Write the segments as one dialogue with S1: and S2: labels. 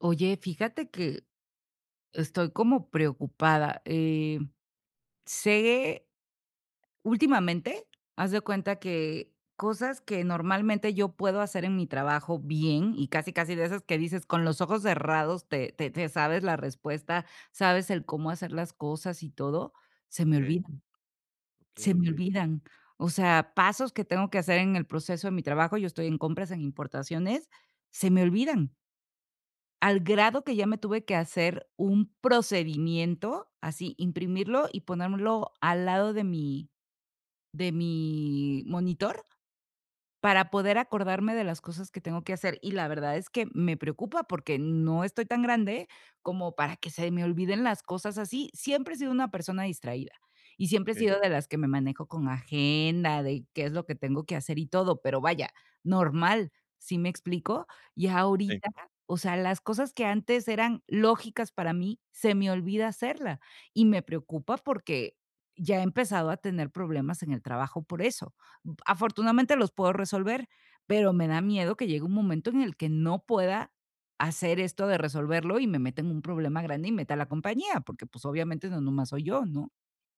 S1: Oye, fíjate que estoy como preocupada. Sé últimamente, haz de cuenta que cosas que normalmente yo puedo hacer en mi trabajo bien y casi casi de esas que dices con los ojos cerrados te sabes la respuesta, sabes el cómo hacer las cosas y todo, se me
S2: Okey,
S1: olvidan, se
S2: okey,
S1: me
S2: okey,
S1: olvidan. O sea, pasos que tengo que hacer en el proceso de mi trabajo, yo estoy en compras, en importaciones, se me olvidan. Al grado que ya me tuve que hacer un procedimiento, así, imprimirlo y ponérmelo al lado de mi monitor para poder acordarme de las cosas que tengo que hacer. Y la verdad es que me preocupa porque no estoy tan grande como para que se me olviden las cosas así. Siempre he sido una persona distraída y siempre he
S2: okey.
S1: sido de las que me manejo con agenda, de qué es lo que tengo que hacer y todo, pero vaya, normal, ¿sí me explico? Y
S2: Sí,
S1: ahorita, o sea, las cosas que antes eran lógicas para mí, se me olvida hacerla y me preocupa porque ya he empezado a tener problemas en el trabajo por eso. Afortunadamente los puedo resolver, pero me da miedo que llegue un momento en el que no pueda hacer esto de resolverlo y me meta en un problema grande y meta a la compañía, porque, pues, obviamente no nomás soy yo, ¿no?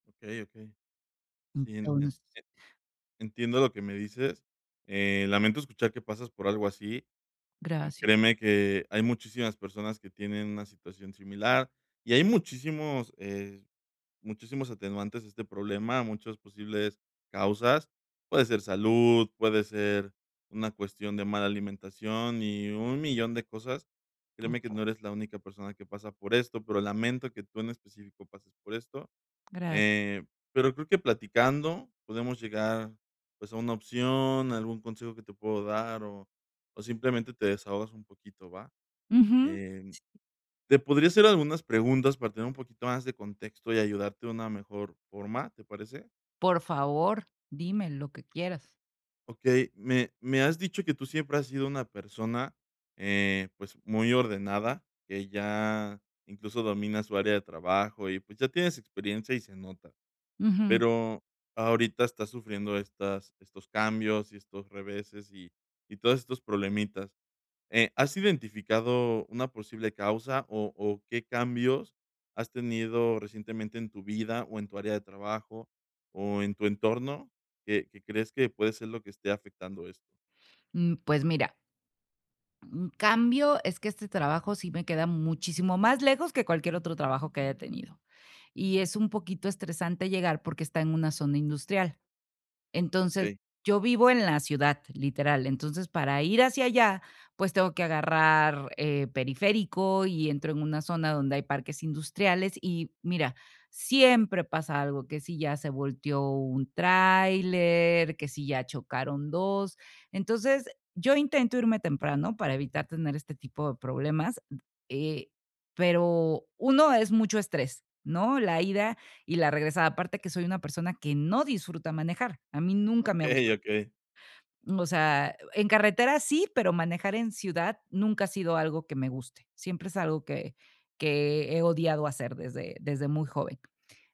S2: okey, okey. Sí,
S1: Entonces
S2: en entiendo lo que me dices. Lamento escuchar que pasas por algo así, y
S1: gracias.
S2: créeme que hay muchísimas personas que tienen una situación similar, y hay muchísimos atenuantes a este problema, muchas posibles causas. Puede ser salud, puede ser una cuestión de mala alimentación y un millón de cosas. Créeme que
S1: Okey,
S2: no eres la única persona que pasa por esto, pero lamento que tú en específico pases por esto.
S1: gracias.
S2: Eh, pero creo que platicando podemos llegar, pues, a una opción, algún consejo que te puedo dar o simplemente te desahogas un poquito, ¿va?
S1: Ujú.
S2: Em, Te podría hacer algunas preguntas para tener un poquito más de contexto y ayudarte de una mejor forma, ¿te parece?
S1: Por favor, dime lo que quieras.
S2: Okey, me has dicho que tú siempre has sido una persona, pues, muy ordenada, que ya incluso domina su área de trabajo y, pues, ya tienes experiencia y se nota.
S1: Ujú.
S2: Pero ahorita está sufriendo estas estos cambios y estos reveses y todos estos problemitas, ¿has identificado una posible causa o qué cambios has tenido recientemente en tu vida o en tu área de trabajo o en tu entorno que crees que puede ser lo que esté afectando esto?
S1: Mm, pues mira, un cambio es que este trabajo sí me queda muchísimo más lejos que cualquier otro trabajo que haya tenido, y es un poquito estresante llegar porque está en una zona industrial. Entonces,
S2: Okey,
S1: yo vivo en la ciudad, literal. Entonces, para ir hacia allá, pues, tengo que agarrar, periférico y entro en una zona donde hay parques industriales y, mira, siempre pasa algo, que si ya se volteó un tráiler, que si ya chocaron 2. Entonces, yo intento irme temprano para evitar tener este tipo de problemas, eh, pero uno es mucho estrés, ¿no? La ida y la regresada. Aparte que soy una persona que no disfruta manejar, a mí nunca me ha
S2: okey,
S1: gustado,
S2: okey,
S1: o sea, en carretera sí, pero manejar en ciudad nunca ha sido algo que me guste. Siempre es algo que he odiado hacer desde muy joven.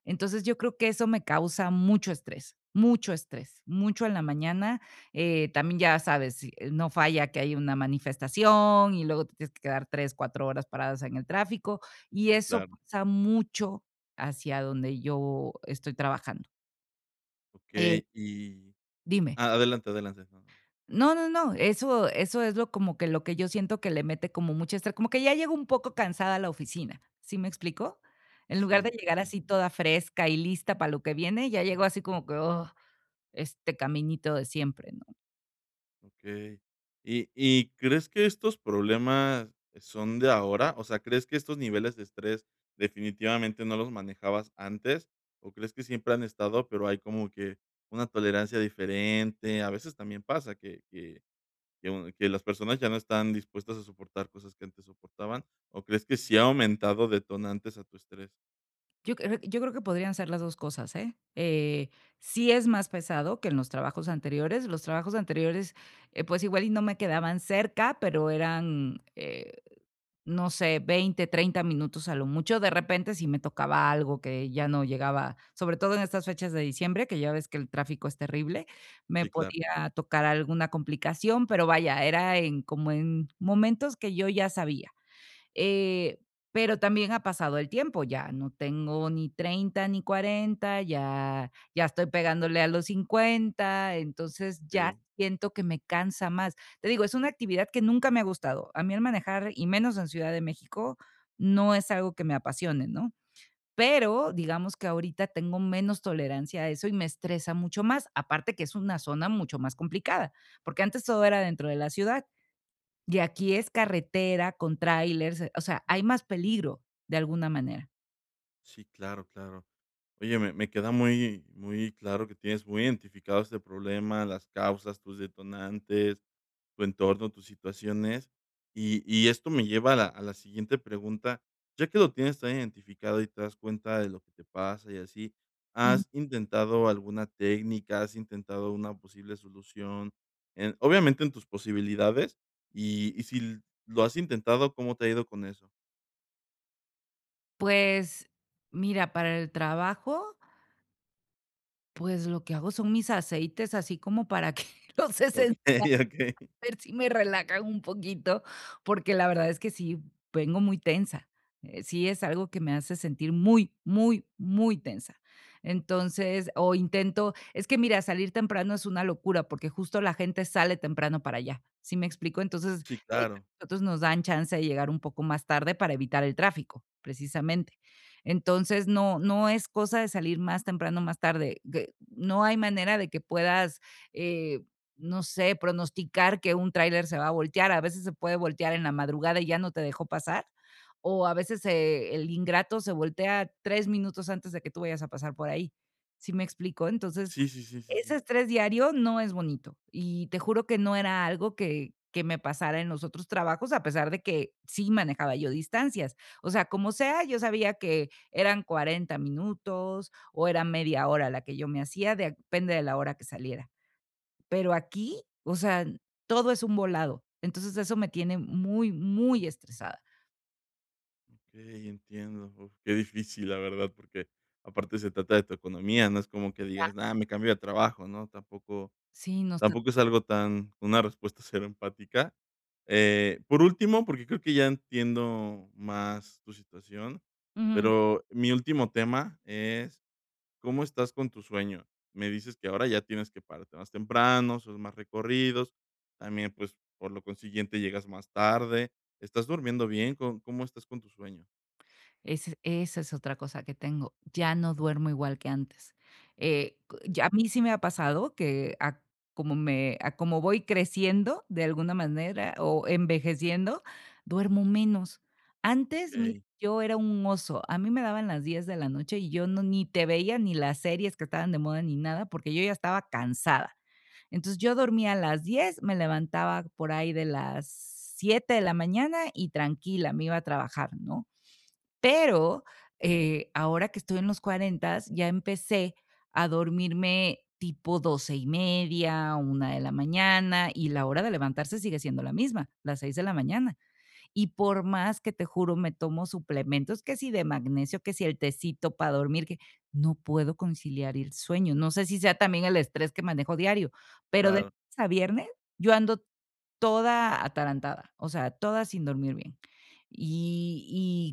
S1: Entonces, yo creo que eso me causa mucho estrés, mucho estrés, mucho en la mañana, también ya sabes, si no falla que hay una manifestación y luego te tienes que quedar 3, 4 horas paradas en el tráfico, y eso
S2: claro,
S1: pasa mucho hacia donde yo estoy trabajando. Eh,
S2: okey, y
S1: dime.
S2: ah, adelante, adelante. No, no.
S1: No, no, no, eso es lo como que lo que yo siento que le mete como mucho estrés, como que ya llego un poco cansada a la oficina, ¿sí me explico? En lugar
S2: Sí,
S1: de
S2: sí,
S1: llegar
S2: sí.
S1: así toda fresca y lista para lo que viene, ya llego así como que, oh, este caminito de siempre, ¿no?
S2: Okey. ¿Y crees que estos problemas son de ahora? O sea, ¿crees que estos niveles de estrés definitivamente no los manejabas antes? ¿O crees que siempre han estado, pero hay como que una tolerancia diferente? A veces también pasa que las personas ya no están dispuestas a soportar cosas que antes soportaban, ¿o crees que sí ha aumentado detonantes a tu estrés?
S1: Yo creo que podrían ser las 2 cosas, ¿eh? Sí es más pesado que en los trabajos anteriores. Los trabajos anteriores, pues, igual y no me quedaban cerca, pero eran, no sé, 20 30 minutos a lo mucho. De repente, si me tocaba algo que ya no llegaba, sobre todo en estas fechas de diciembre, que ya ves que el tráfico es terrible, me
S2: Sí, claro,
S1: podía tocar alguna complicación, pero vaya, era en como en momentos que yo ya sabía. Eh, pero también ha pasado el tiempo, ya no tengo ni 30 ni 40, ya estoy pegándole a los 50, entonces ya
S2: okey.
S1: siento que me cansa más. Te digo, es una actividad que nunca me ha gustado. A mí el manejar, y menos en Ciudad de México, no es algo que me apasione, ¿no? Pero digamos que ahorita tengo menos tolerancia a eso y me estresa mucho más, aparte que es una zona mucho más complicada, porque antes todo era dentro de la ciudad. Y aquí es carretera con tráilers, o sea, hay más peligro de alguna manera.
S2: Sí, claro, claro. Oye, me queda muy muy claro que tienes muy identificado este problema, las causas, tus detonantes, tu entorno, tus situaciones. Y esto me lleva a la siguiente pregunta. Ya que lo tienes tan identificado y te das cuenta de lo que te pasa y así,
S1: Ujú.
S2: ¿has intentado alguna técnica? ¿Has intentado una posible solución? En Obviamente, en tus posibilidades, y si lo has intentado, ¿cómo te ha ido con eso?
S1: Pues, mira, para el trabajo, pues, lo que hago son mis aceites, así como para que los esenciales.
S2: Okey, okey.
S1: Ver si me relajan un poquito, porque la verdad es que sí vengo muy tensa. Sí es algo que me hace sentir muy, muy, muy tensa. Entonces, o intento es que mira, salir temprano es una locura, porque justo la gente sale temprano para allá, ¿sí me explico? Entonces,
S2: Sí,
S1: de hecho,
S2: claro.
S1: nosotros nos dan chance de llegar un poco más tarde para evitar el tráfico, precisamente. Entonces, no es cosa de salir más temprano, más tarde, que no hay manera de que puedas, eh, no sé, pronosticar que un tráiler se va a voltear. A veces se puede voltear en la madrugada y ya no te dejó pasar, o a veces, el ingrato se voltea 3 minutos antes de que tú vayas a pasar por ahí, ¿sí me explico? Entonces,
S2: Sí, sí, sí, sí,
S1: ese
S2: sí.
S1: estrés diario no es bonito, y te juro que no era algo que me pasara en los otros trabajos, a pesar de que sí manejaba yo distancias. O sea, como sea, yo sabía que eran 40 minutos, o era media hora la que yo me hacía, depende de la hora que saliera. Pero aquí, o sea, todo es un volado. Entonces, eso me tiene muy, muy estresada.
S2: Okey, entiendo. Uf, qué difícil, la verdad, porque aparte se trata de tu economía, no es como que digas: nada me cambio de trabajo", ¿no? Tampoco
S1: Sí, no está
S2: tampoco es algo tan una respuesta cero empática. Por último, porque creo que ya entiendo más tu situación,
S1: ujú.
S2: pero mi último tema es ¿cómo estás con tu sueño? Me dices que ahora ya tienes que pararte más temprano, son más recorridos, también, pues, por lo consiguiente llegas más tarde. ¿Estás durmiendo bien? ¿Có cómo estás con tu sueño?
S1: Ese esa es otra cosa que tengo. Ya no duermo igual que antes. Co
S2: Okey.
S1: ya a mí sí me ha pasado que a como voy creciendo de alguna manera o envejeciendo, duermo menos. Antes, mira,
S2: Okey,
S1: yo era un oso. A mí me daban las 10 de la noche y yo no ni te veía ni las series que estaban de moda ni nada, porque yo ya estaba cansada. Entonces yo dormía a las 10, me levantaba por ahí de las 7 de la mañana y tranquila, me iba a trabajar, ¿no? Pero ahora que estoy en los 40, ya empecé a dormirme tipo 12 y media, una de la mañana, y la hora de levantarse sigue siendo la misma, las 6 de la mañana. Y por más que te juro, me tomo suplementos, que si de magnesio, que si el tecito para dormir, que no puedo conciliar el sueño. No sé si sea también el estrés que manejo diario, pero de
S2: claro,
S1: lunes a viernes yo ando toda atarantada, o sea, toda sin dormir bien. Y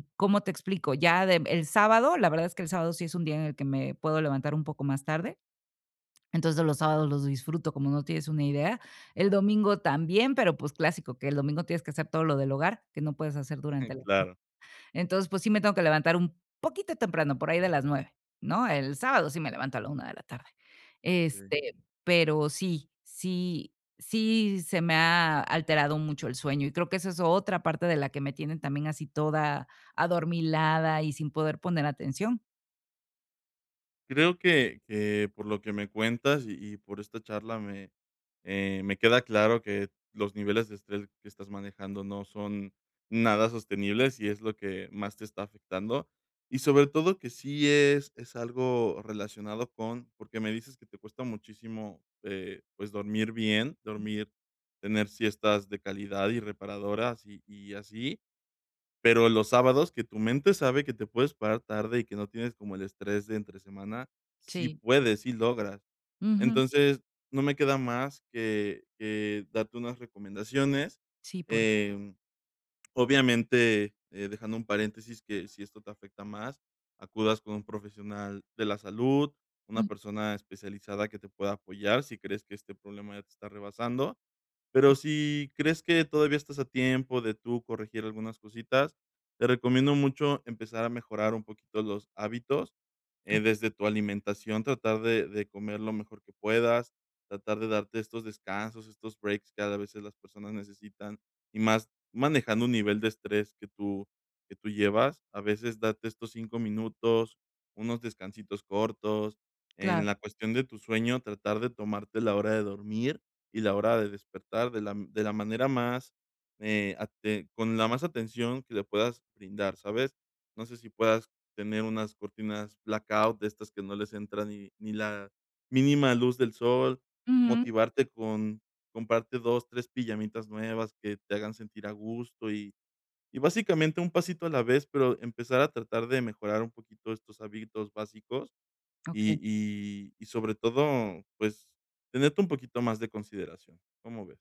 S1: y, ¿cómo te explico? Ya de el sábado, la verdad es que el sábado sí es un día en el que me puedo levantar un poco más tarde, entonces los sábados los disfruto como no tienes una idea. El domingo también, pero pues clásico, que el domingo tienes que hacer todo lo del hogar, que no puedes hacer durante la semana.
S2: claro.
S1: Entonces, pues sí me tengo que levantar un poquito temprano, por ahí de las 9, ¿no? El sábado sí me levanto a la una de la tarde.
S2: Ok.
S1: Este, pero sí, sí, sí se me ha alterado mucho el sueño y creo que esa es otra parte de la que me tienen también así toda adormilada y sin poder poner atención.
S2: Creo que por lo que me cuentas y por esta charla me queda claro que los niveles de estrés que estás manejando no son nada sostenibles y es lo que más te está afectando. Y sobre todo que sí es algo relacionado con porque me dices que te cuesta muchísimo, pues, dormir bien, dormir, tener siestas de calidad y reparadoras y así. Pero los sábados, que tu mente sabe que te puedes parar tarde y que no tienes como el estrés de entre semana, sí
S1: Sí.
S2: puedes, sí logras.
S1: Ujú.
S2: Entonces, no me queda más que darte unas recomendaciones,
S1: Sí, por
S2: em, obviamente, dejando un paréntesis que si esto te afecta más, acudas con un profesional de la salud,
S1: ujú,
S2: una persona especializada que te pueda apoyar si crees que este problema ya te está rebasando. Pero si crees que todavía estás a tiempo de tú corregir algunas cositas, te recomiendo mucho empezar a mejorar un poquito los hábitos, desde tu alimentación, tratar de comer lo mejor que puedas, tratar de darte estos descansos, estos breaks que a veces las personas necesitan, y más manejando un nivel de estrés que tú llevas. A veces date estos 5 minutos, unos descansitos cortos.
S1: claro.
S2: En la cuestión de tu sueño, tratar de tomarte la hora de dormir, y la hora de despertar de la manera más, ate con la más atención que le puedas brindar, ¿sabes? No sé si puedas tener unas cortinas blackout de estas que no les entra ni la mínima luz del sol,
S1: Ujú.
S2: motivarte con comprarte 2 3 pijamitas nuevas que te hagan sentir a gusto y básicamente un pasito a la vez, pero empezar a tratar de mejorar un poquito estos hábitos básicos
S1: Okey.
S2: y y sobre todo, pues, tenerte un poquito más de consideración, ¿cómo ves?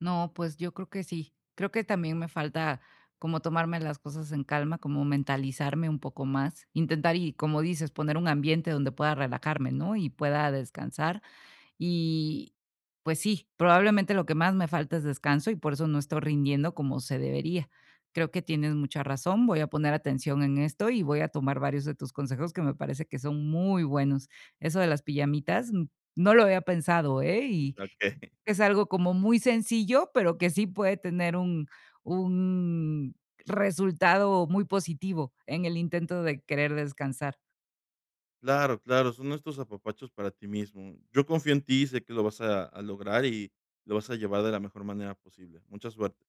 S1: No, pues, yo creo que sí. Creo que también me falta como tomarme las cosas en calma, como mentalizarme un poco más, intentar y, como dices, poner un ambiente donde pueda relajarme, ¿no? Y pueda descansar. Y pues sí, probablemente lo que más me falta es descanso y por eso no estoy rindiendo como se debería. Creo que tienes mucha razón, voy a poner atención en esto y voy a tomar varios de tus consejos que me parece que son muy buenos. Eso de las pijamitas, mm, no lo había pensado, ¿eh? Y
S2: Okey.
S1: es algo como muy sencillo, pero que sí puede tener un resultado muy positivo en el intento de querer descansar.
S2: Claro, claro, son estos apapachos para ti mismo. Yo confío en ti, sé que lo vas a lograr y lo vas a llevar de la mejor manera posible. Mucha suerte.